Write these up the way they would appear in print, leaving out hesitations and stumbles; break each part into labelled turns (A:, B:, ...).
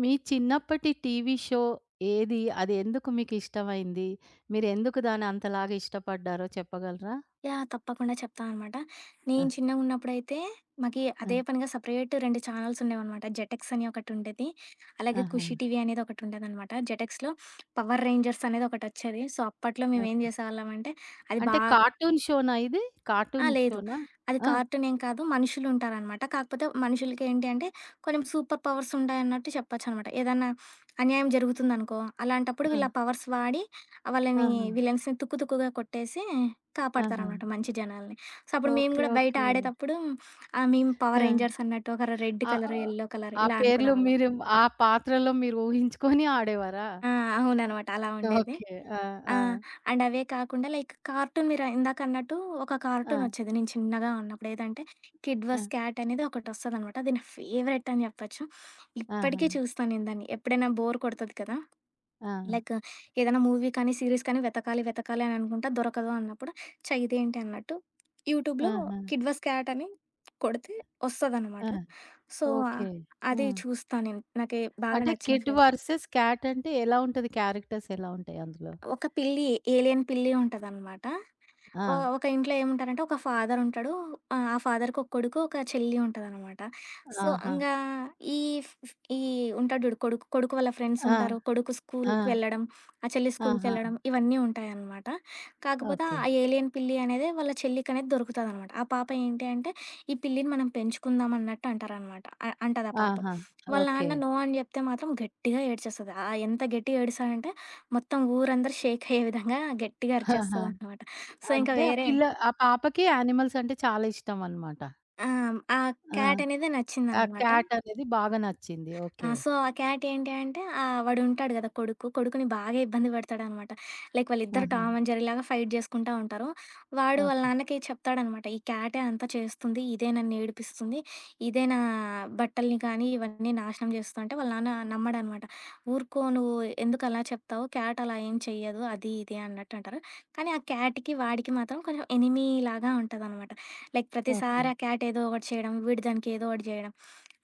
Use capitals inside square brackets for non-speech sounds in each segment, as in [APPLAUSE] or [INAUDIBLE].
A: మీ చిన్నప్పటి TV show ఏది? అది ఎందుకు మీకిష్టమైంది? మీరెందుకు దాన్ని అంతలాగా ఇష్టపడ్డారో చెప్పగలరా?
B: యాహ్! తప్పకుండా చెప్తాననమాట.
A: ఆ!
B: నేను చిన్నగున్నప్పుడైతే మాకి
A: ఆ!
B: అదే పనిగా సెపరేట్ 2 ఛానెల్స్ ఉండేవనమాట. 'జెటెక్స్' అని ఒకటుండేది. అలాగే
A: ఆహా!
B: 'ఖుషి టీవీ' అనేది ఒకటుండేదనమాట. 'జెటెక్స్‌లో' 'పవర్ రేంజర్స్' అనేది ఒకటొచ్చేది. సో, అప్పట్లో మేమేం
A: ఓకే.
B: జేసేవాళ్ళమంటే అది బా
A: అంటే కార్టూన్ షోనా ఇది?
B: ఆ!
A: కార్టూన్
B: లేదు.
A: షోనా?
B: అది
A: ఆ!
B: కార్టూన్ ఏం కాదు. మనుషులుంటారనమాట. కాకపోతే మనుషులకేంటి అంటే కొన్ని సూపర్ పవర్స్ ఉంటాయన్నట్టు చెప్పొచ్చనమాట. ఏదన్నా అన్యాయం జరుగుతుందనుకో, అలాంటప్పుడు
A: ఆ!
B: వీళ్ళ పవర్స్ వాడి వాళ్ళని
A: ఆహా!
B: విలన్స్‌ని తుక్కు తుక్కుగా కొట్టేసి
A: ఆహా!
B: కాపాడతారనమాట మంచి జనాల్ని. సో, అప్పుడు మేము
A: ఓకే.
B: గూడా బయట
A: ఓకే.
B: ఆడేతప్పుడు మేము
A: ఆ!
B: పవర్ రేంజర్స్ అన్నట్టు ఒకరు రెడ్
A: ఆహ్,
B: కలర్,
A: ఆహ్,
B: యెల్లో కలర్
A: ఆ
B: ఇలా
A: పేర్లు
B: అనుకునేవాళ్ళం.
A: మీరు ఆ పాత్రలో మీరు ఊహించుకొని ఆడేవారా?
B: ఆ! అవుననమాట. అలా ఉండేది.
A: ఓకే. ఆ!
B: ఆ!
A: ఆ!
B: అండ్ అవే కాకుండా లైక్ కార్టూన్ మీరు ఇందాకన్నట్టు ఒక
A: ఆ!
B: కార్టూనొచ్చేది నేను చిన్నగా ఉన్నప్పుడు. ఏదంటే 'కిడ్
A: ఆ!
B: వర్స్ క్యాట్' అనేది ఒకటొస్తదనమాట. అది నా ఫేవరెట్ అని చెప్పొచ్చు.
A: ఆహా!
B: ఇప్పటికీ చూస్తా నేను దాన్ని. ఎప్పుడైనా బోర్ కొడతది కదా!
A: ఆ!
B: లైక్ ఏదైనా మూవీ కానీ, సీరీస్ కానీ వెతకాలి, వెతకాలి అని అనుకుంటా దొరకదు అన్నప్పుడు ఛ! ఇదేంటి అన్నట్టు యూట్యూబ్‌లో
A: ఆహా!
B: 'కిడ్ వర్స్ క్యాట్' అని కొడితే వస్తదనమాట.
A: ఆ!
B: So,
A: okay. ఆ!
B: అది చూస్తా నేను. నాకి బాగా
A: అంటే
B: నచ్చిన
A: కిడ్
B: ఫేవరెట్.
A: వర్సెస్ క్యాట్ అంటే ఎలా ఉంటది? క్యారెక్టర్స్ ఎలా ఉంటాయి అందులో?
B: ఒక పిల్లి, ఏలియన్ పిల్లి ఉంటదనమాట.
A: ఆ!
B: ఒక ఇంట్లో ఏముంటారంటే ఒక ఫాదర్ ఉంటాడు. ఆ ఫాదర్‌కి ఒక కొడుకు, ఒక చెల్లి ఉంటదనమాట. సో,
A: ఆహా!
B: ఇంగా ఈ ఫ్ ఫ్ ఈ ఉంటాడు జూడు కొడుకు, కొడుకు వాళ్ళ ఫ్రెండ్స్
A: ఆ!
B: ఉంటారు. కొడుకు
A: ఆ!
B: స్కూల్‌కి వెళ్ళడం, ఆ చెల్లి
A: ఆహా!
B: స్కూల్‌కెళ్ళడం ఇవన్నీ ఉంటాయనమాట. కాకపోతే
A: ఓకే.
B: ఆ ఏలియన్ పిల్లి అనేది వాళ్ళ చెల్లికనేది దొరుకుతదనమాట. ఆ పాప ఏంటి అంటే, ఈ పిల్లిని మనం పెంచుకుందాం అన్నట్టు అంటారనమాట. అంటది ఆ పాప.
A: ఆహా!
B: వాళ్ళ
A: ఓకే.
B: నాన్న నో అని జెప్తే మాత్రం గట్టిగా ఏడ్చేస్తది. ఎంత గట్టిగా ఏడుస్తదంటే మొత్తం ఊరందరూ షేక్ అయ్యే విధంగా గట్టిగా
A: ఆహా!
B: అరిచేస్తదనమాట. సో, ఇంక అవునా?
A: అంటే ఆ
B: వేరే
A: పిల్ల ఆ పాపకి యానిమల్స్ అంటే చాలా ఇష్టమనమాట.
B: ఆ! ఆ
A: ఆ!
B: క్యాట్ అనేది
A: ఆ
B: నచ్చిందనమాట.
A: క్యాట్ అనేది బాగా నచ్చింది.
B: ఆ!
A: ఓకే.
B: సో, ఆ క్యాట్ ఏంటి అంటే వాడుంటాడు గదా! కొడుకు. కొడుకుని బాగా ఇబ్బంది పెడతాడనమాట. లైక్ వాళ్ళిద్దరు
A: ఆహా!
B: టామ్ అండ్ జెర్రీలాగా ఫైట్ జేసుకుంటా ఉంటారు. వాడు వాళ్ళ
A: ఓకే.
B: నాన్నకి చెప్తాడనమాట, "ఈ క్యాటే అంతా చేస్తుంది. ఇదే నన్నేడిపిస్తుంది. ఇదే నా బట్టల్ని కానీ, ఇవన్నీ నాశనం చేస్తుంది" అంటే వాళ్ళ నాన్న నమ్మడనమాట. "ఊరుకో నువ్వు ఎందుకు అలా చెప్తావు? క్యాట్ అలా ఏం చెయ్యదు" అది ఇది అన్నట్టు అంటారు. కానీ ఆ క్యాట్‌కి, వాడికి మాత్రం కొంచెం ఎనిమీ లాగా ఉంటదనమాట. Like
A: okay.
B: ప్రతిసారి ఆ క్యాట్ ఏదో ఒకటి చేయడం, వీడు దానికి ఏదో ఒకటి జేయడం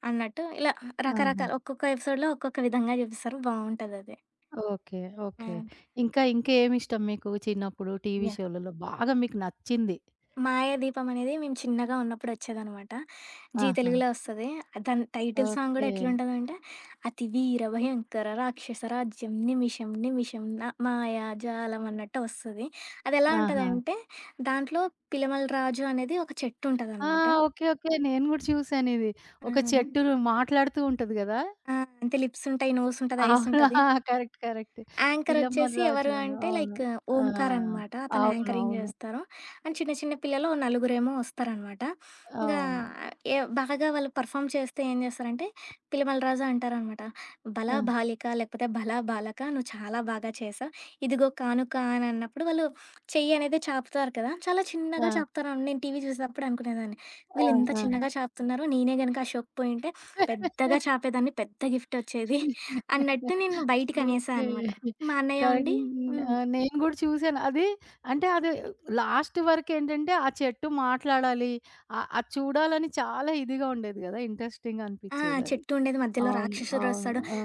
B: అన్నట్టు ఇలా
A: ఆహా!
B: రకరకాల ఒక్కొక్క ఎపిసోడ్‌లో ఒక్కొక్క విధంగా చూపిస్తారు. బావుంటదది.
A: ఓకే. ఓకే.
B: హ్మ్.
A: ఇంకా ఇంకా ఏమిష్టం మీకు చిన్నప్పుడు టీవీ
B: యాహ్!
A: షోలలో బాగా మీకు నచ్చింది?
B: 'మాయాదీపం' అనేది మేము చిన్నగా ఉన్నప్పుడు వచ్చేదనమాట. జీ
A: ఆహా!
B: తెలుగులో వస్తది. దాని టైటిల్ సాంగ్
A: ఓకే.
B: గూడా ఎట్లుంటదంటే, అతి వీర భయంకర రాక్షస రాజ్యం నిమిషం నిమిషం న మాయాజాలం అన్నట్టు వస్తది. అదెలా
A: ఆహా!
B: ఉంటదంటే, దాంట్లో పిలమల రాజు అనేది ఒక చెట్టు
A: ఆ!
B: ఉంటదనమాట.
A: ఓకే. ఓకే. నేను గూడా చూసానిది. ఒక
B: అవును.
A: చెట్టు మాట్లాడుతూ ఉంటది గదా!
B: ఆ! అంతే లిప్స్ ఉంటాయి, నోస్ ఉంటది, ఐస్
A: అవును.
B: ఉంటది.
A: ఆ! [LAUGHS] కరెక్ట్. కరెక్ట్.
B: యాంకర్
A: పిల్లమర్రి
B: వచ్చేసి
A: రాజు
B: ఎవరు
A: అను.
B: అంటే
A: అవును.
B: లైక్
A: ఆ!
B: ఓంకార్ అనమాట. అతను
A: అవును.
B: యాంకరింగ్
A: అవును.
B: జేస్తారు. అండ్ చిన్న చిన్న పిల్లలు ఓ నలుగురేమో వస్తారనమాట. ఇంగా
A: అవును.
B: ఏ బాగా వాళ్ళు పర్ఫార్మ్ చేస్తే ఏం చేస్తారంటే, పిల్లమల రాజు అంటారనమాట. "భళా
A: ఆ!
B: బాలిక" లేకపోతే "భళా బాలక నువ్వు చాలా బాగా చేశావు. ఇదిగో కానుక" అని అన్నప్పుడు వాళ్ళు చెయ్యి అనేది చాపుతారు కదా! చాలా
A: ఆ!
B: చిన్నగా చాపుతారని నేను టీవీ చూసేటప్పుడు అనుకునేదాన్ని.
A: ఆ!
B: వీళ్ళు ఇంత
A: ఆ!
B: చిన్నగా చాపుతున్నారు. నేనే గనక ఆ షోకి పోయుంటే పెద్దగా చాపేదాన్ని. పెద్ద గిఫ్ట్ వచ్చేది అన్నట్టు నేను బయటికనేసా
A: ఓకే.
B: అనమాట. మా అన్నయ్య
A: కరెక్ట్.
B: ఉండి
A: ఆ!
B: హ్మ్.
A: నేను గూడా చూసాను. అంటే అది లాస్ట్ వరకేంటంటే ఆ చెట్టు మాట్లాడాలి. అది చూడాలని చాలా ఇదిగా ఉండేది గదా! ఇంట్రెస్టింగ్‌గా
B: ఆ!
A: అనిపిచ్చేదది.
B: చెట్టు ఉండేది మధ్యలో
A: అవును. అవును.
B: రాక్షసుడొస్తాడు.
A: ఆ!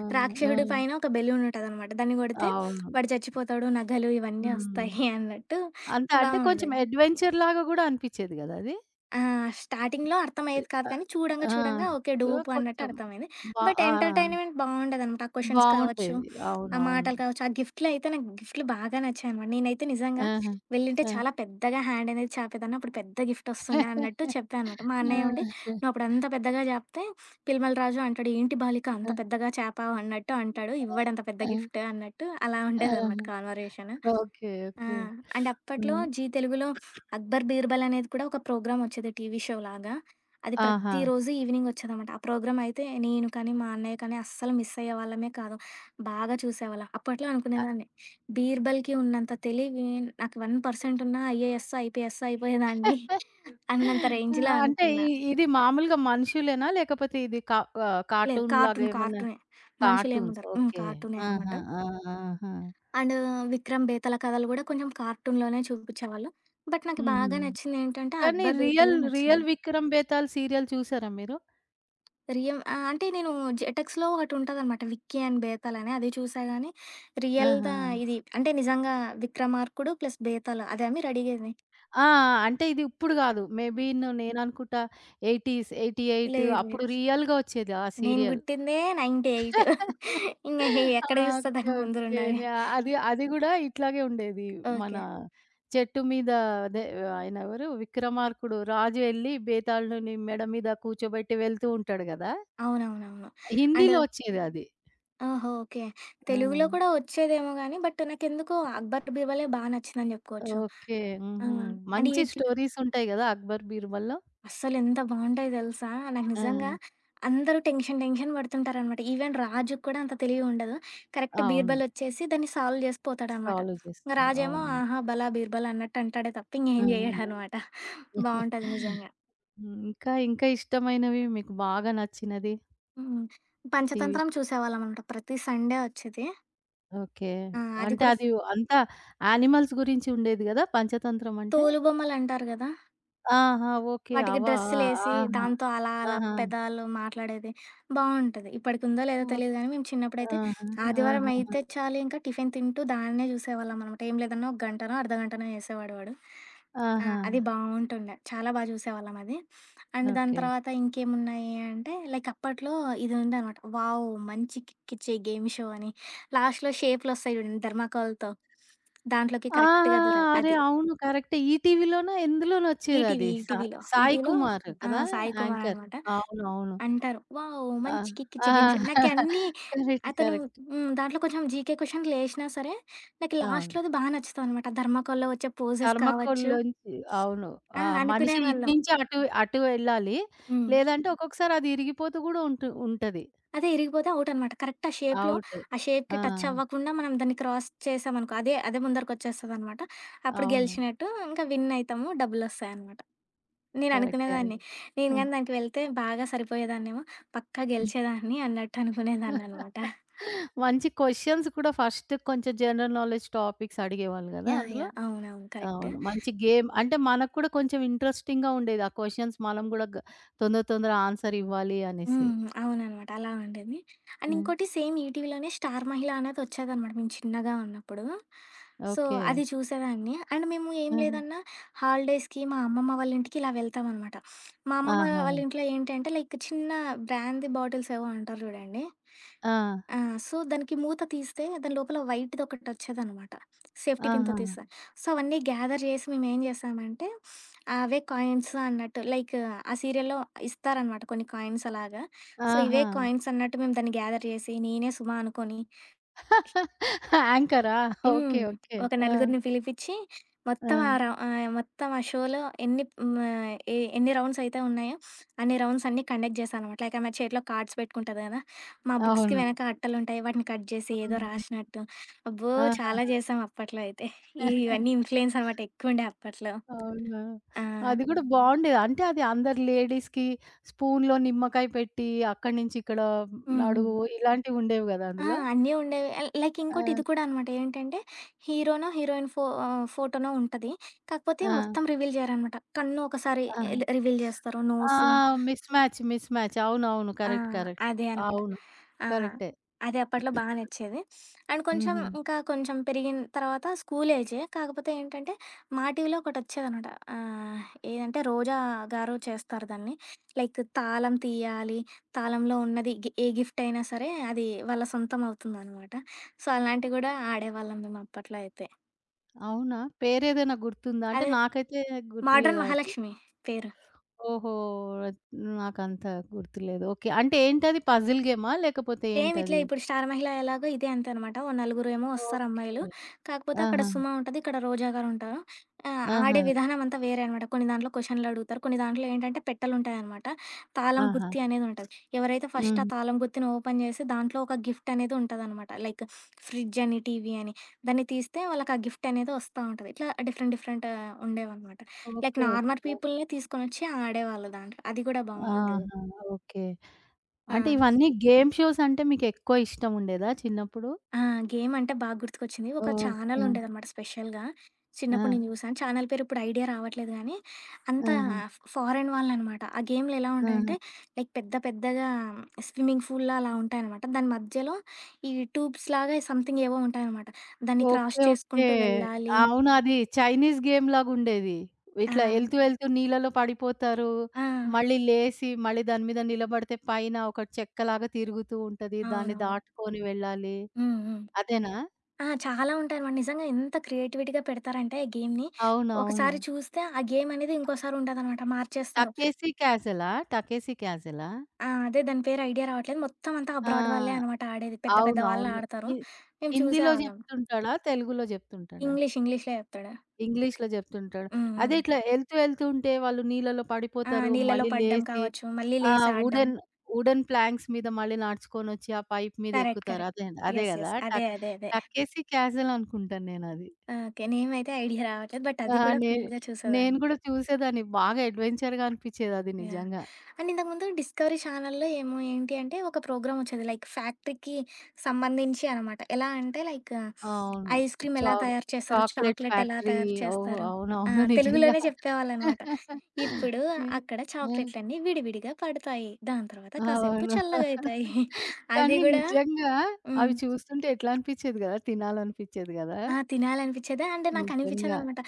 A: ఆ!
B: రాక్షసుడి పైన ఒక బెలూన్ ఉంటదనమాట. దాన్ని కొడితే
A: అవును.
B: వాడు చచ్చిపోతాడు, నగలు ఇవన్నీ
A: హ్మ్.
B: వస్తాయి అన్నట్టు
A: అంతే అంటే కొంచెం
B: బావుండేది.
A: అడ్వెంచర్‌లాగా గూడా అనిపిచ్చేది గదా! అది.
B: ఆ! స్టార్టింగ్‌లో అర్థమయ్యేది కాదు
A: అ
B: కానీ, చూడంగా
A: ఆ!
B: చూడంగా ఓకే.
A: సో,
B: డూపు అన్నట్టు
A: కొంచెం
B: అర్థమైంది. బట్
A: ఆ!
B: ఎంటర్‌టైన్‌మెంట్ బావుండేదనమాట. ఆ క్వెషన్స్ కావచ్చు,
A: బావుండేది.
B: ఆ
A: అవునవును.
B: మాటలు కావచ్చు, ఆ గిఫ్ట్‌లయితే నాకు గిఫ్ట్‌లు బాగా నచ్చాయనమాట. నేనైతే నిజంగా
A: ఆహా!
B: వెళ్ళింటే
A: ఆ!
B: చాలా పెద్దగా హ్యాండ్ అనేది చాపేదాన్ని. అప్పుడు పెద్ద గిఫ్ట్ వస్తుండే అన్నట్టు చెప్పా అనమాట. మా
A: ఆ!
B: అన్నయ్య ఉండి, "నువ్వు అప్పుడు అంత పెద్దగా చాపితే పిల్మల రాజు అంటాడు, ఏంటి బాలిక అంత పెద్దగా చాపావు" అన్నట్టు అంటాడు. ఇవ్వడంత పెద్ద
A: ఆ!
B: గిఫ్ట్ అన్నట్టు అలా
A: ఆ!
B: ఉండేదనమాట కాన్వర్జేషన్.
A: ఓకే.
B: ఆ!
A: ఓకే.
B: అండ్ అప్పట్లో
A: హ్మ్.
B: 'జీ తెలుగులో' 'అక్బర్ బీర్బల్' అనేది కూడా ఒక ప్రోగ్రామ్ వచ్చేది టీవీ షో లాగా. అది
A: ఆహా!
B: ప్రతిరోజు ఈవినింగ్ వచ్చేదనమాట. ఆ ప్రోగ్రామ్ అయితే నేను కానీ, మా అన్నయ్య కానీ అస్సలు మిస్ అయ్యే వాళ్ళమే కాదు. బాగా చూసేవాళ్ళం. అప్పట్లో
A: అ
B: అనుకునేదాన్ని, బీర్బల్‌కి ఉన్నంత తెలివి నాకు 1% ఉన్నా ఐఏఎస్, ఐపీఎస్ అయిపోయేదాన్ని [LAUGHS] అన్నంత
A: ఆ!
B: రేంజ్‌లో
A: అంటే
B: అనుకున్నా.
A: ఇ ఇది మామూలుగా మనుషులేనా? లేకపోతే ఇది కా
B: లేదు
A: కార్టూన్‌లాగా
B: కార్టూన్
A: ఏమన్నా
B: కార్టూనే
A: కార్టూన్స్.
B: మనుషులేముండరు. హ్మ్.
A: ఓకే.
B: కార్టూనే అనమాట.
A: ఆహా! ఆ! ఆహా!
B: అండ్ 'విక్రమ్ బేతాళ' కథలు గూడా కొంచెం కార్టూన్‌లోనే చూపిచ్చేవాళ్ళు. బట్ నాకు హ్మ్.
A: హుహు.
B: బాగా నచ్చిందేంటంటే
A: కానీ
B: 'అక్బర్ బీర్బలే'
A: రియల్
B: నచ్చింది.
A: 'విక్రమ్ బేతాళ్' సీరియల్ చూసారా మీరు?
B: రియల్ అంటే నేను జెటెక్స్‌లో ఒకటుంటదనమాట 'విక్కీ అండ్ బేతాళ్' అని అది చూసా గానీ,
A: ఆహా!
B: రియల్‌దా ఇది అంటే నిజంగా 'విక్రమార్కుడు' ప్లస్ 'బేతాళ్' అదా మీరు అడిగేది?
A: ఆ! అంటే ఇది ఇప్పుడు గాదు. మేబీ నేననుకుంటా 80స్, 88
B: లేదు
A: అప్పుడు
B: లేదు.
A: రియల్‌గా వచ్చేది ఆ
B: నేను
A: సీరియల్.
B: పుట్టిందే 98 ఇంగ
A: ఆ!
B: ఎక్కడ చూస్తా
A: ఓకే.
B: దానికి ముందు ఓకే.
A: ఓకే.
B: రెండవి.
A: అది అది గూడా ఇట్లాగే ఉండేది. మన
B: ఓకే.
A: చెట్టు మీద అదే ఆయన ఎవరు 'విక్రమార్కుడు' రాజు ఎళ్లి బేతాళుని మెడ మీద కూర్చోబెట్టి వెళ్తూ ఉంటాడు గదా!
B: అవునవునవును. అండ్
A: హిందీలో వచ్చేదది.
B: ఓహో! ఓకే.
A: ఆ!
B: తెలుగులో కూడా వచ్చేదేమో గానీ, బట్ నాకెందుకో 'అక్బర్ బీర్బలే' బా నచ్చిందని జెప్పుకోవచ్చు.
A: ఓకే.
B: ఆ!
A: హుహు.
B: అంటే
A: మంచి
B: ఈటి
A: స్టోరీస్ ఉంటాయి గదా! 'అక్బర్ బీర్బల్‌లో'.
B: అస్సలెంత బావుంటాయి దెలుసా? నాకు
A: ఆ!
B: నిజంగా అందరూ టెన్షన్, టెన్షన్ పడుతుంటారనమాట. ఈవెన్ రాజుకి కూడా అంత తెలివుండదు. కరెక్ట్
A: అవును.
B: బీర్బలొచ్చేసి దాన్ని సాల్వ్ జేసి పోతాడనమాట.
A: సాల్వ్
B: ఇంగ
A: చేస్తాడు.
B: రాజేమో
A: అవును.
B: ఆహా! భలా బీర్బల్ అన్నట్టు అంటాడే తప్ప
A: ఆ!
B: ఇంగేం
A: హ్మ్.
B: జేయడనమాట. బావుంటది నిజంగా.
A: ఇంకా ఇష్టమైనవి మీకు బాగా నచ్చినది
B: హ్మ్.
A: TV
B: Panchatantra
A: show?
B: చూసేవాళ్ళమనమాట. ప్రతి సండే వచ్చేది.
A: ఓకే.
B: ఆ! అది
A: అంటే
B: కూడా
A: అది అంతా యానిమల్స్ గురించి ఉండేది గదా! 'పంచతంత్రం' అంటే?
B: తోలుబొమ్మలంటారు గదా!
A: ఆహా! ఓకే.
B: వాటికి
A: అవా! ఆ!
B: డ్రెస్సులేసి,
A: ఆహా!
B: దాంతో అలా అలా
A: ఆహా!
B: పెదాలు మాట్లాడేది బావుంటది. ఇప్పటికుందో లేదో
A: ఓకే.
B: తెలీదు గానీ, మేము చిన్నప్పుడైతే
A: ఆహా!
B: ఆదివారం
A: ఆహాహా!
B: అయితే చాలు ఇంకా టిఫిన్ తింటూ దాన్నే జూసేవాళ్ళమనమాట. ఏం లేదన్నా ఒక గంటనో, అర్ధగంటనో యేసేవాడు వాడు. ఆ!
A: ఆహా!
B: అది బావుంటుండే. చాలా బా జూసేవాళ్ళం అది. అండ్ దాని
A: ఓకే.
B: తర్వాత ఇంకేమున్నాయి అంటే, లైక్ అప్పట్లో ఇది ఉందనమాట. వావ్! మంచి కిక్కిచ్చే గేమ్ షో అని. లాస్ట్‌లో షేప్‌లొస్తాయి జూడండి థర్మాకోల్‌తో. దాంట్లోకి
A: ఆహా!
B: కరెక్ట్‌గా దూరాలి.
A: అరే!
B: అది.
A: అవును. కరెక్టే. ఈటీవీలోనా ఎందులోనో
B: ఈటీవీ
A: వచ్చేదది.
B: ఈటీవీలో.
A: సాయి
B: ఈటీవీలో
A: కుమార్
B: ఆ!
A: కదా!
B: సాయి కుమార్
A: యాంకర్.
B: అనమాట.
A: అవునవును.
B: అంటారు. వావ్!
A: ఆ!
B: మంచి కిక్
A: ఆ!
B: ఇచ్చే గేమ్స్. నాకన్నీ
A: కరెక్ట్.
B: అతను
A: కరెక్ట్.
B: హ్మ్. దాంట్లో కొంచెం జీకే క్వెషన్‌లేసినా సరే, నాకు
A: అవును.
B: లాస్ట్‌లోది బా నచ్చుతావనమాట. థర్మాకోల్‌లో వచ్చే పోజెస్ కావచ్చు.
A: థర్మాకోల్‌లోంచి అవును.
B: ఆ!
A: ఆ! మనిషి ఇటు
B: అనుకునేవాళ్ళం.
A: నుంచి అటు అటు వెళ్ళాలి.
B: హ్మ్.
A: లేదంటే ఒక్కొక్కసారి అది ఇరిగిపోతూ కూడా ఉంటది.
B: అదే ఇరిగిపోతే ఔటనమాట. కరెక్ట్ ఆ షేప్‌లో,
A: ఔట్.
B: ఆ
A: ఆ!
B: షేప్‌కి టచ్ అవ్వకుండా మనం దాన్ని క్రాస్ చేసామనుకో, అదే అదే ముందరికొచ్చేస్తదనమాట. అప్పుడు
A: అవును.
B: గెలిచినట్టు. ఇంకా విన్ అయితాము. డబ్బులొస్తాయనమాట.
A: కరెక్టే అది.
B: నేననుకునేదాన్ని. నేను
A: హ్మ్.
B: గాని దానికి వెళ్తే బాగా సరిపోయేదాన్నేమో, పక్కా గెలిచేదాన్ని అన్నట్టు అనుకునేదాన్ననమాట.
A: మంచి క్వెషన్స్ కూడా ఫస్ట్ కొంచెం జనరల్ నాలెడ్జ్ టాపిక్స్ అడిగేవాళ్ళు కదా!
B: యాహ్!
A: అందులో?
B: యాహ్! అవునవును. కరెక్ట్.
A: అవును. మంచి గేమ్. అంటే మనకు కూడా కొంచెం ఇంట్రెస్టింగ్‌గా ఉండేది. ఆ క్వెషన్స్ మనం గూడా తొందర తొందర ఆన్సర్ ఇవ్వాలి అనేసి.
B: హ్మ్. అవుననమాట. అలా ఉండేది. అండ్
A: హ్మ్.
B: ఇంకోటి సేమ్ ఈటీవీలోనే 'స్టార్ మహిళ' అనేదొచ్చేదనమాట మేము చిన్నగా ఉన్నప్పుడు. So,
A: okay.
B: అది చూసేదాన్ని. అండ్ మేము ఏం
A: ఆహా!
B: లేదన్నా హాలిడేస్‌కి మా అమ్మమ్మ వాళ్ళ ఇంటికి ఇలా వెళ్తామనమాట. మా అమ్మమ్మ
A: ఆహా!
B: వాళ్ళ ఇంట్లో ఏంటంటే లైక్ చిన్న బ్రాందీ బాటిల్స్ ఏవో అంటారు చూడండి.
A: ఆ!
B: ఆ! సో, దానికి మూత తీస్తే దాని లోపల వైట్‌దొకటొచ్చేదనమాట. సేఫ్టీ పిన్‌తో
A: ఆహా!
B: తీస్తే. సో, అవన్నీ గ్యాదర్ చేసి మేమేం చేసామంటే అవే కాయిన్స్ అన్నట్టు. లైక్ ఆ సీరియల్‌లో ఇస్తారనమాట కొన్ని కాయిన్స్ అలాగా. సో,
A: ఆహా!
B: ఇవే కాయిన్స్ అన్నట్టు మేము దాన్ని గ్యాదర్ చేసి, నేనే, సుమ అనుకోని
A: [LAUGHS] యాంకరా?
B: హ్మ్.
A: ఓకే. ఓకే.
B: ఒక
A: ఆ!
B: నలుగురిని పిలిపిచ్చి,
A: ఆ!
B: మొత్తం ఆ షోలో ఎన్ని హ్మ్, ఆహ్, ఎ ఎన్ని రౌండ్స్ అయితే ఉన్నాయో, అన్ని రౌండ్స్ అన్నీ కండక్ట్ చేశా అనమాట. లైక్ ఆమె చేతిలో కార్డ్స్ పెట్టుకుంటది కదా! మా బుక్స్‌కి
A: అవును.
B: వెనక అట్టలుంటాయి. వాటిని కట్ చేసి ఏదో
A: హ్మ్.
B: రాసినట్టు. అబ్బో!
A: ఆహా!
B: చాలా చేశాం అప్పట్లో అయితే. ఇవన్నీ
A: [LAUGHS]
B: ఇన్‌ఫ్లూయెన్స్ అనమాట ఎక్కువుండే అప్పట్లో.
A: అవునా!
B: ఆ!
A: అది గూడా బావుండేది. అంటే అది అందరు లేడీస్‌కి స్పూన్‌లో నిమ్మకాయ పెట్టి అక్కడి నుంచి ఇక్కడ
B: హ్మ్. హ్మ్.
A: నడువు ఇలాంటివి ఉండేవి గదా!
B: ఆ!
A: అందులో.
B: అన్నీ ఉండేవి. లైక్ ఇంకోటి ఇది
A: ఆ!
B: కూడా అనమాట. ఏంటంటే హీరోనో, ఫోటోనో ఉంటది. కాకపోతే
A: ఆ!
B: మొత్తం రివీల్ జేయరనమాట. కన్ను ఒకసారి
A: ఆహా!
B: ల్ రివీల్ జేస్తారు. Nose
A: miss match. అవునవును.
B: ఆ!
A: కరెక్ట్. కరెక్ట్.
B: అదే అనమాట.
A: అవును.
B: ఆ!
A: కరెక్టే.
B: అది అప్పట్లో బా నచ్చేది. అండ్ కొంచెం
A: హుహు.
B: ఇంకా కొంచెం పెరిగిన తర్వాత స్కూల్ ఏజే. కాకపోతే ఏంటంటే, మా టీవీలో ఒకటొచ్చేదనమాట. ఆహ్, ఏదంటే రోజా గారు చేస్తారు దాన్ని. లైక్ తాళం తీయాలి, తాళంలో ఉన్నది ఏ గిఫ్ట్ అయినా సరే అది వాళ్ళ సొంతం అవుతుందనమాట. సో, అలాంటివి గూడా ఆడేవాళ్ళం మేము అప్పట్లో అయితే.
A: అవునా? పేరేదైనా గుర్తుందా? అంటే
B: అదే
A: నాకైతే
B: 'మోడర్న్
A: గుర్తులేదు అది.
B: మహాలక్ష్మి' పేరు.
A: ఓహో! నాకంత గుర్తులేదు. ఓకే. అంటే ఏంటది పజిల్ గేమా? లేకపోతే
B: సేమ్ ఇట్లే
A: ఏంటది?
B: ఇప్పుడు 'స్టార్ మహిళ' ఎలాగో ఇదే అంతనమాట. ఓ నలుగురేమో
A: ఓకే.
B: వస్తారమ్మాయిలు. కాకపోతే అక్కడ
A: ఆహా!
B: సుమ ఉంటది. ఇక్కడ రోజా గారుంటారు.
A: ఆహా!
B: ఆడే విధానం అంతా వేరే అనమాట. కొన్ని దాంట్లో క్వెషన్‌లడుగుతారు. కొన్ని దాంట్లో ఏంటంటే పెట్టెలుంటాయనమాట. తాళం
A: ఆహా!
B: గుత్తి అనేదుంటది. ఎవరైతే ఫస్ట్ ఆ
A: హ్మ్.
B: తాళం గుత్తిని ఓపెన్ చేసి దాంట్లో ఒక గిఫ్ట్ అనేది ఉంటదనమాట. లైక్ ఫ్రిడ్జ్ అని, టీవీ అని. దాన్ని తీస్తే వాళ్ళకి ఆ గిఫ్ట్ అనేది వస్తా ఉంటది. ఇట్లా డిఫరెంట్ డిఫరెంట్ ఉండేవనమాట. Like
A: okay.
B: Normal
A: okay.
B: పీపుల్‌నే తీసుకొనొచ్చి ఆడేవాళ్ళు దాంట్లో. అది కూడా బావుండేది.
A: ఆహా! ఓకే.
B: ఆ!
A: అంటే ఇవన్నీ గేమ్ షోస్ అంటే మీకెక్కువ ఇష్టముండేదా చిన్నప్పుడు?
B: ఆ! గేమ్ అంటే బాగా గుర్తుకొచ్చింది. ఒక
A: ఓహ్!
B: ఛానెల్
A: ఆ!
B: ఉండేదనమాట స్పెషల్‌గా.
A: ఆ!
B: చిన్నప్పుడు నేను చూసాను. ఛానెల్ పేరు ఇప్పుడు ఐడియా రావట్లేదు గానీ, అంతా
A: ఆహా!
B: ఫారెన్ వాళ్ళనమాట. ఆ గేమ్‌లు ఎలా
A: ఆహా!
B: ఉంటాయంటే, లైక్ పెద్ద పెద్దగా స్విమ్మింగ్ పూల్‌లా అలా ఉంటాయనమాట. దాని మధ్యలో ఈ ట్యూబ్స్‌లాగా సంథింగ్ ఏవో ఉంటాయనమాట. దాన్ని క్రాస్
A: ఓకే. ఓకే.
B: చేసుకుంటూ వెళ్ళాలి.
A: అవును. అది చైనీస్ గేమ్‌లాగుండేది.
B: ఆ!
A: ఇట్లా ఎళ్తూ నీళ్ళలో పడిపోతారు.
B: ఆ!
A: మళ్ళీ లేసి మళ్ళీ దాని మీద నిలబడితే పైన ఒక చెక్కలాగా తిరుగుతూ ఉంటది. దాన్ని
B: అవునవును.
A: దాటుకొని వెళ్ళాలి.
B: హ్మ్. హ్మ్.
A: అదేనా?
B: ఆ! చాలా ఉంటాయనమాట. నిజంగా ఎంత క్రియేటివిటీగా పెడతారంటే, గేమ్‌ని
A: అవునవును.
B: ఒకసారి చూస్తే ఆ గేమ్ అనేది ఇంకోసారి ఉండదనమాట. మార్చేస్తారు.
A: 'టకేసి క్యాసలా'? 'టకేసి క్యాసలా'?
B: ఆ! అదే దాని పేరు ఐడియా రావట్లేదు. మొత్తం అంతా
A: ఆ!
B: అబ్రాడ్ వాళ్ళే అనమాట ఆడేది. పెద్ద పెద్ద వాళ్ళు
A: అవునవును.
B: ఆడతారు.
A: హి
B: మేము
A: హిందీలో
B: చూసేవాళ్ళం.
A: జెప్తుంటాడా? తెలుగులో జెప్తుంటాడా?
B: ఇంగ్లీష్‌లో చెప్తాడు.
A: ఇంగ్లీష్‌లో జెప్తుంటాడు.
B: హ్మ్.
A: అదే
B: హ్మ్.
A: ఇట్లా ఎళ్తూ ఉంటే వాళ్ళు నీళ్ళలో
B: ఆ!
A: పడిపోతారు.
B: నీళ్ళలో
A: మళ్ళీ
B: పడ్డం
A: లేసి
B: కావచ్చు, మళ్ళీ
A: ఆ!
B: లేసి ఆడడం.
A: వుడెన్ వుడెన్ ప్లాంక్స్ మీద మళ్ళీ నడుచుకొనొచ్చి ఆ పైప్ మీద
B: కరెక్ట్.
A: ఎక్కుతారు.
B: కరెక్ట్.
A: అదే అదే
B: యెస్.
A: గదా!
B: యెస్. అదే. అదే. అదే.
A: టక్కేసి క్యాసెల్ అనుకుంటాను నేనది.
B: ఓకే. నేమైతే ఐడియా రావట్లేదు. బట్
A: ఆ!
B: అది కూడా
A: నే
B: ఫుల్‌గా
A: నేను
B: చూసేదాన్ని.
A: గూడా చూసేదాన్ని. బాగా అడ్వెంచర్‌గా అనిపిచ్చేదది
B: యాహ్!
A: నిజంగా.
B: అండ్ ఇంతకుముందు డిస్కవరీ ఛానల్‌లో ఏమో ఏంటి అంటే ఒక ప్రోగ్రామ్ వచ్చేది. లైక్ ఫ్యాక్టరీకి సంబంధించి అనమాట. ఎలా అంటే లైక్
A: అవును.
B: ఐస్ క్రీమ్
A: చా
B: ఎలా తయారు చేస్తారు?
A: చాక్లేట్
B: చాక్లెట్ ఎలా
A: ఫ్యాక్టరీ.
B: తయారు
A: ఓహ్!
B: చేస్తారు? ఆ!
A: అవునవును. నిజంగా.
B: తెలుగులోనే చెప్పేవాళ్ళనమాట. ఇప్పుడు
A: నే
B: అక్కడ
A: ఆ!
B: చాక్లెట్లన్నీ విడివిడిగా పడతాయి. దాని తర్వాత కాసేపు
A: అవును.
B: చల్లగయితాయి. [LAUGHS] అది
A: కానీ
B: గూడా
A: నిజంగా
B: హ్మ్.
A: అవి చూస్తుంటే ఎట్లా అనిపిచ్చేది గదా! తినాలనిపిచ్చేది గదా!
B: ఆ! తినాలనిపిచ్చేదే అంటే
A: నిజంగా.
B: నాకనిపిచ్చదనమాట.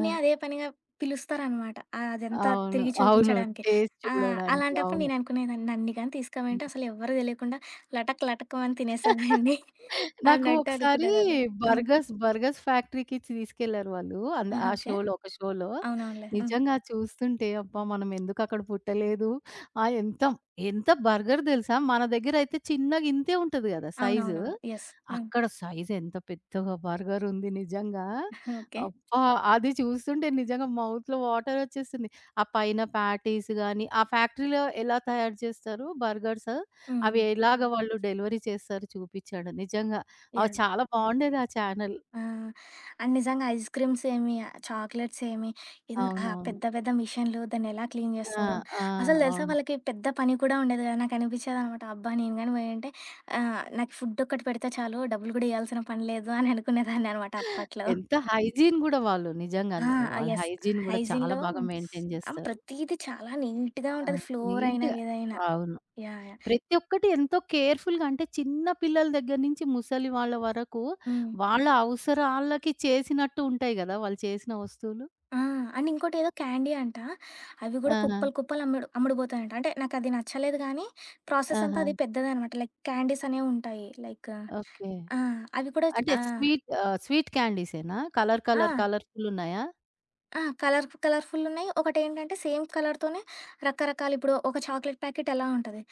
A: ఆ!
B: అదే పనిగా పిలుస్తారనమాట. అదంతా
A: అవును.
B: తిరిగి
A: అవును.
B: చూపించడానికి.
A: టేస్ట్
B: ఆ!
A: చూడడానికి.
B: అలాంటప్పుడు
A: అవును.
B: నేననుకునేదాన్ని నన్ను గాని
A: హ్మ్.
B: తీసుకోమంటే అసలు ఎవ్వరు తెలియకుండా లటక్ లటక్కుమని తినేసేదాన్ని [LAUGHS]
A: నాకు
B: అన్నట్టు
A: ఒకసారి
B: అనుకునేదాన్ని. హ్మ్.
A: బర్గర్స్ ఫ్యాక్టరీకి తీసుకెళ్లారు వాళ్ళు. అంద ఆ
B: ఆహా! ఓకే.
A: షోలో ఒక షోలో.
B: అవునవునులే. హ్మ్.
A: నిజంగా చూస్తుంటే అబ్బా! మనం ఎందుకక్కడ పుట్టలేదు. ఆహ్, ఎంత ఎంత బర్గర్ తెలుసా? మన దగ్గరైతే చిన్నగా ఇంతే ఉంటది కదా! సైజు.
B: అవునవునవును. యెస్. హ్మ్.
A: అక్కడ సైజ్ ఎంత పెద్దగా బర్గర్ ఉంది నిజంగా.
B: ఓకే.
A: అబ్బా! అది చూస్తుంటే నిజంగా మౌత్‌లో వాటర్ వచ్చేస్తుంది. ఆ పైన ప్యాటీస్ గాని, ఆ ఫ్యాక్టరీలో ఎలా తయారు చేస్తారు బర్గర్స్?
B: హ్మ్.
A: అవి ఎలాగ వాళ్ళు డెలివరీ చేశారో చూపిచ్చాడు. నిజంగా.
B: యాహ్!
A: చాలా బావుండేది ఆ ఛానెల్.
B: ఆ! అండ్ నిజంగా ఐస్ క్రీమ్స్ ఏమి, చాక్లెట్స్ ఏమి,
A: అవునవును.
B: పెద్ద పెద్ద మిషన్‌లు దాన్నెలా క్లీన్
A: ఆ!
B: చేస్తారో,
A: ఆ!
B: అసలు తెలుసా
A: అవును.
B: వాళ్ళకి పెద్ద పని కూడా ఉండేది కదా! నాకనిపించేదనమాట. అబ్బా! నేను గాని పోయుంటే నాకు ఫుడ్ ఒక్కటి పెడితే చాలు డబ్బులు కూడా ఇయ్యాల్సిన పని లేదు అని అనుకునేదాన్ననమాట అప్పట్లో.
A: ఎంత హైజీన్ గూడా వాళ్ళు
B: ఆ!
A: నిజంగానే.
B: ఆ!
A: వాళ్ళ
B: యెస్.
A: హైజీన్ గూడా చాలా
B: హైజీన్‌లో
A: బాగా మెయింటైన్
B: ఆ!
A: జేస్తారు.
B: ప్రతీది చాలా నీట్‌గా
A: ఆ!
B: ఉంటది. ఫ్లోర్ అయినా
A: నీట్‌గా.
B: ఏదైనా.
A: అవును.
B: యాహ్! యాహ్!
A: ప్రతి ఒక్కటి ఎంతో కేర్‌ఫుల్‌గా అంటే చిన్న పిల్లల దగ్గర నుంచి ముసలి వాళ్ళ వరకు
B: హ్మ్.
A: వాళ్ళ అవసరాలకి చేసినట్టు ఉంటాయి గదా! వాళ్ళు చేసిన వస్తువులు.
B: ఆ! అండ్ ఇంకోటేదో క్యాండీ అంట. అవి గూడా
A: ఆహా!
B: కుప్పలు కుప్పలు అమ్ముడు అమ్ముడుపోతాయంట. అంటే నాకది నచ్చలేదు గానీ, ప్రాసెస్ అంతా
A: ఆహా!
B: అది పెద్దదనమాట. లైక్ క్యాండీస్ అనేవుంటాయి. Like
A: okay.
B: ఆ! అవి కూడా చ్
A: అంటే
B: ఆ!
A: స్వీట్ క్యాండీసేనా? కలర్ కలర్
B: ఆ!
A: కలర్‌ఫుల్ ఉన్నాయా?
B: ఆ! కలర్ కలర్‌ఫుల్లున్నాయి. ఒకటేంటంటే సేమ్ కలర్‌తోనే రకరకాలు ఇప్పుడు ఒక చాక్లెట్ ప్యాకెట్ ఎలా ఉంటది.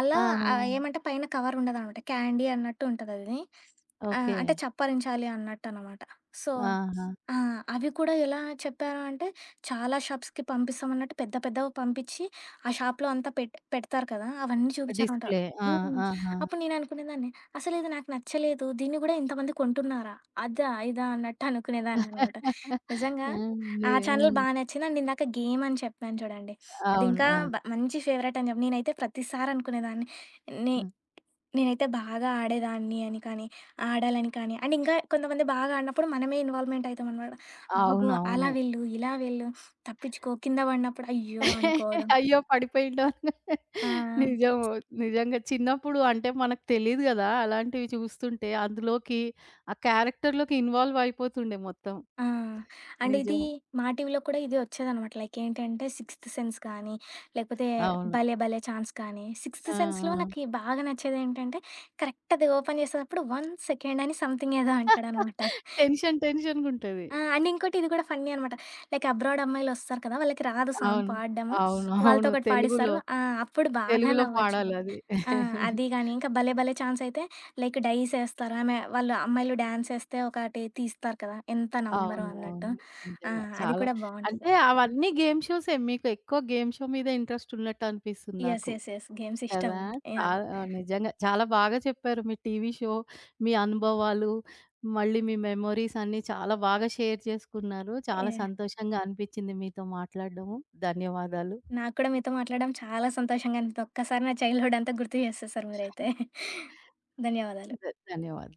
B: అలా
A: ఆహా!
B: ఏమంటే పైన కవర్ ఉండదనమాట. క్యాండీ అన్నట్టు ఉంటదది.
A: ఓకే.
B: అంటే చప్పరించాలి అన్నట్టనమాట. సో
A: ఆహా!
B: ఆ! అవి కూడా ఎలా చెప్పారు అంటే చాలా షాప్స్‌కి పంపిస్తామన్నట్టు పెద్ద పెద్దవి పంపించి ఆ షాప్‌లో అంతా పెడతారు కదా! అవన్నీ చూపించారనమాట.
A: డిస్‌ప్లే. ఆ!
B: హ్మ్.
A: ఆహా!
B: అప్పుడు నేననుకునేదాన్ని అసలిది నాకు నచ్చలేదు. దీన్ని కూడా ఇంతమంది కొంటున్నారా? అదా? ఇదా? అన్నట్టు అనుకునేదాన్ననమాట.
A: ఆ!
B: నిజంగా ఆ
A: ఆ!
B: ఛానల్ బా నచ్చింది. అండ్ ఇందాక గేమ్ అని చెప్పాను చూడండి.
A: అవును.
B: అదింకా
A: ఆ!
B: బ మంచి ఫేవరెట్ అని చెప్పి నేనైతే ప్రతిసారి అనుకునేదాన్ని. నే
A: ఆ!
B: నేనైతే బాగా ఆడేదాన్ని అని కానీ, ఆడాలని కానీ అండ్ ఇంకా కొంతమంది బాగా ఆడినప్పుడు మనమే ఇన్వాల్వ్‌మెంట్ అయితామనమాట. అమ్మగో!
A: అవునవును.
B: అలా వెళ్ళు, ఇలా వెళ్ళు, తప్పించుకో, కింద పడినప్పుడు అయ్యో! అనుకోవడం.
A: అయ్యో! పడిపోయిండు.
B: ఆ!
A: నిజం. నిజంగా చిన్నప్పుడు అంటే మనకు తెలీదు గదా! అలాంటివి చూస్తుంటే అందులోకి ఆ క్యారెక్టర్‌లోకి ఇన్వాల్వ్ అయిపోతుండే మొత్తం.
B: ఆ! అండ్ ఇది
A: నిజం.
B: మా టీవీలో కూడా ఇది వచ్చేదనమాట. లైక్ ఏంటంటే 'సిక్స్త్ సెన్స్' కానీ, లేకపోతే హ్మ్.
A: అవును.
B: 'భలే భలే ఛాన్స్' కానీ, 'సిక్స్త్ సెన్స్‌లో'
A: ఆ!
B: నాకి బాగా నచ్చేదేంటంటే, కరెక్ట్ అది ఓపెన్ చేసేటప్పుడు 1 సెకండ్ అని సంథింగ్ ఏదో
A: ఆ!
B: అంటాడనమాట.
A: టెన్షన్‌గుంటది.
B: ఆ! అండ్ ఇంకోటి ఇది కూడా ఫన్నీ అనమాట. లైక్ అబ్రాడ్ అమ్మాయిలొస్తారు కదా! వాళ్ళకి రాదు సాంగ్
A: అవును.
B: పాడడము.
A: అవును.
B: వాళ్ళతో
A: అవును.
B: ఒకటి
A: తెలుగులో
B: పాడిస్తారు. ఆ! అప్పుడు బాగా
A: తెలుగులో
B: నవ్వొచ్చు.
A: పాడాలది.
B: ఆ! అది గాని, ఇంకా భలే భలే ఛాన్స్ అయితే లైక్ డైస్ ఏస్తారు. ఆమె వాళ్ళు అమ్మాయిలు డాన్స్ ఏస్తే ఒకటి తీస్తారు కదా! ఎంత నంబరో
A: అవును.
B: అన్నట్టు.
A: అవును.
B: ఆ!
A: నిజంగా.
B: అది
A: చాలా
B: కూడా బావుంటది.
A: అంటే అవన్నీ గేమ్ షోసే. మీకు ఎక్కువ గేమ్ షో మీద ఇంట్రెస్ట్ ఉన్నట్టు అనిపిస్తుంది
B: యెస్.
A: నాకు.
B: యెస్. యెస్. గేమ్స్ ఇష్టం
A: కదా!
B: నాకు. యాహ్!
A: చాలా ఆ! నిజంగా చాలా బాగా చెప్పారు. మీ టీవీ షో, మీ అనుభవాలు, మళ్ళీ మీ మెమోరీస్ అన్నీ చాలా బాగా షేర్ చేసుకున్నారు. చాలా
B: యాహ్!
A: సంతోషంగా అనిపించింది మీతో మాట్లాడడము. ధన్యవాదాలు.
B: నాకు కూడా మీతో మాట్లాడడం చాలా సంతోషంగా అనిపిస్తుంది. ఒక్కసారి నా చైల్డ్‌హుడ్ అంతా గుర్తు చేసేసారు మీరైతే. ధన్యవాదాలు.
A: ధ ధన్యవాదాలు.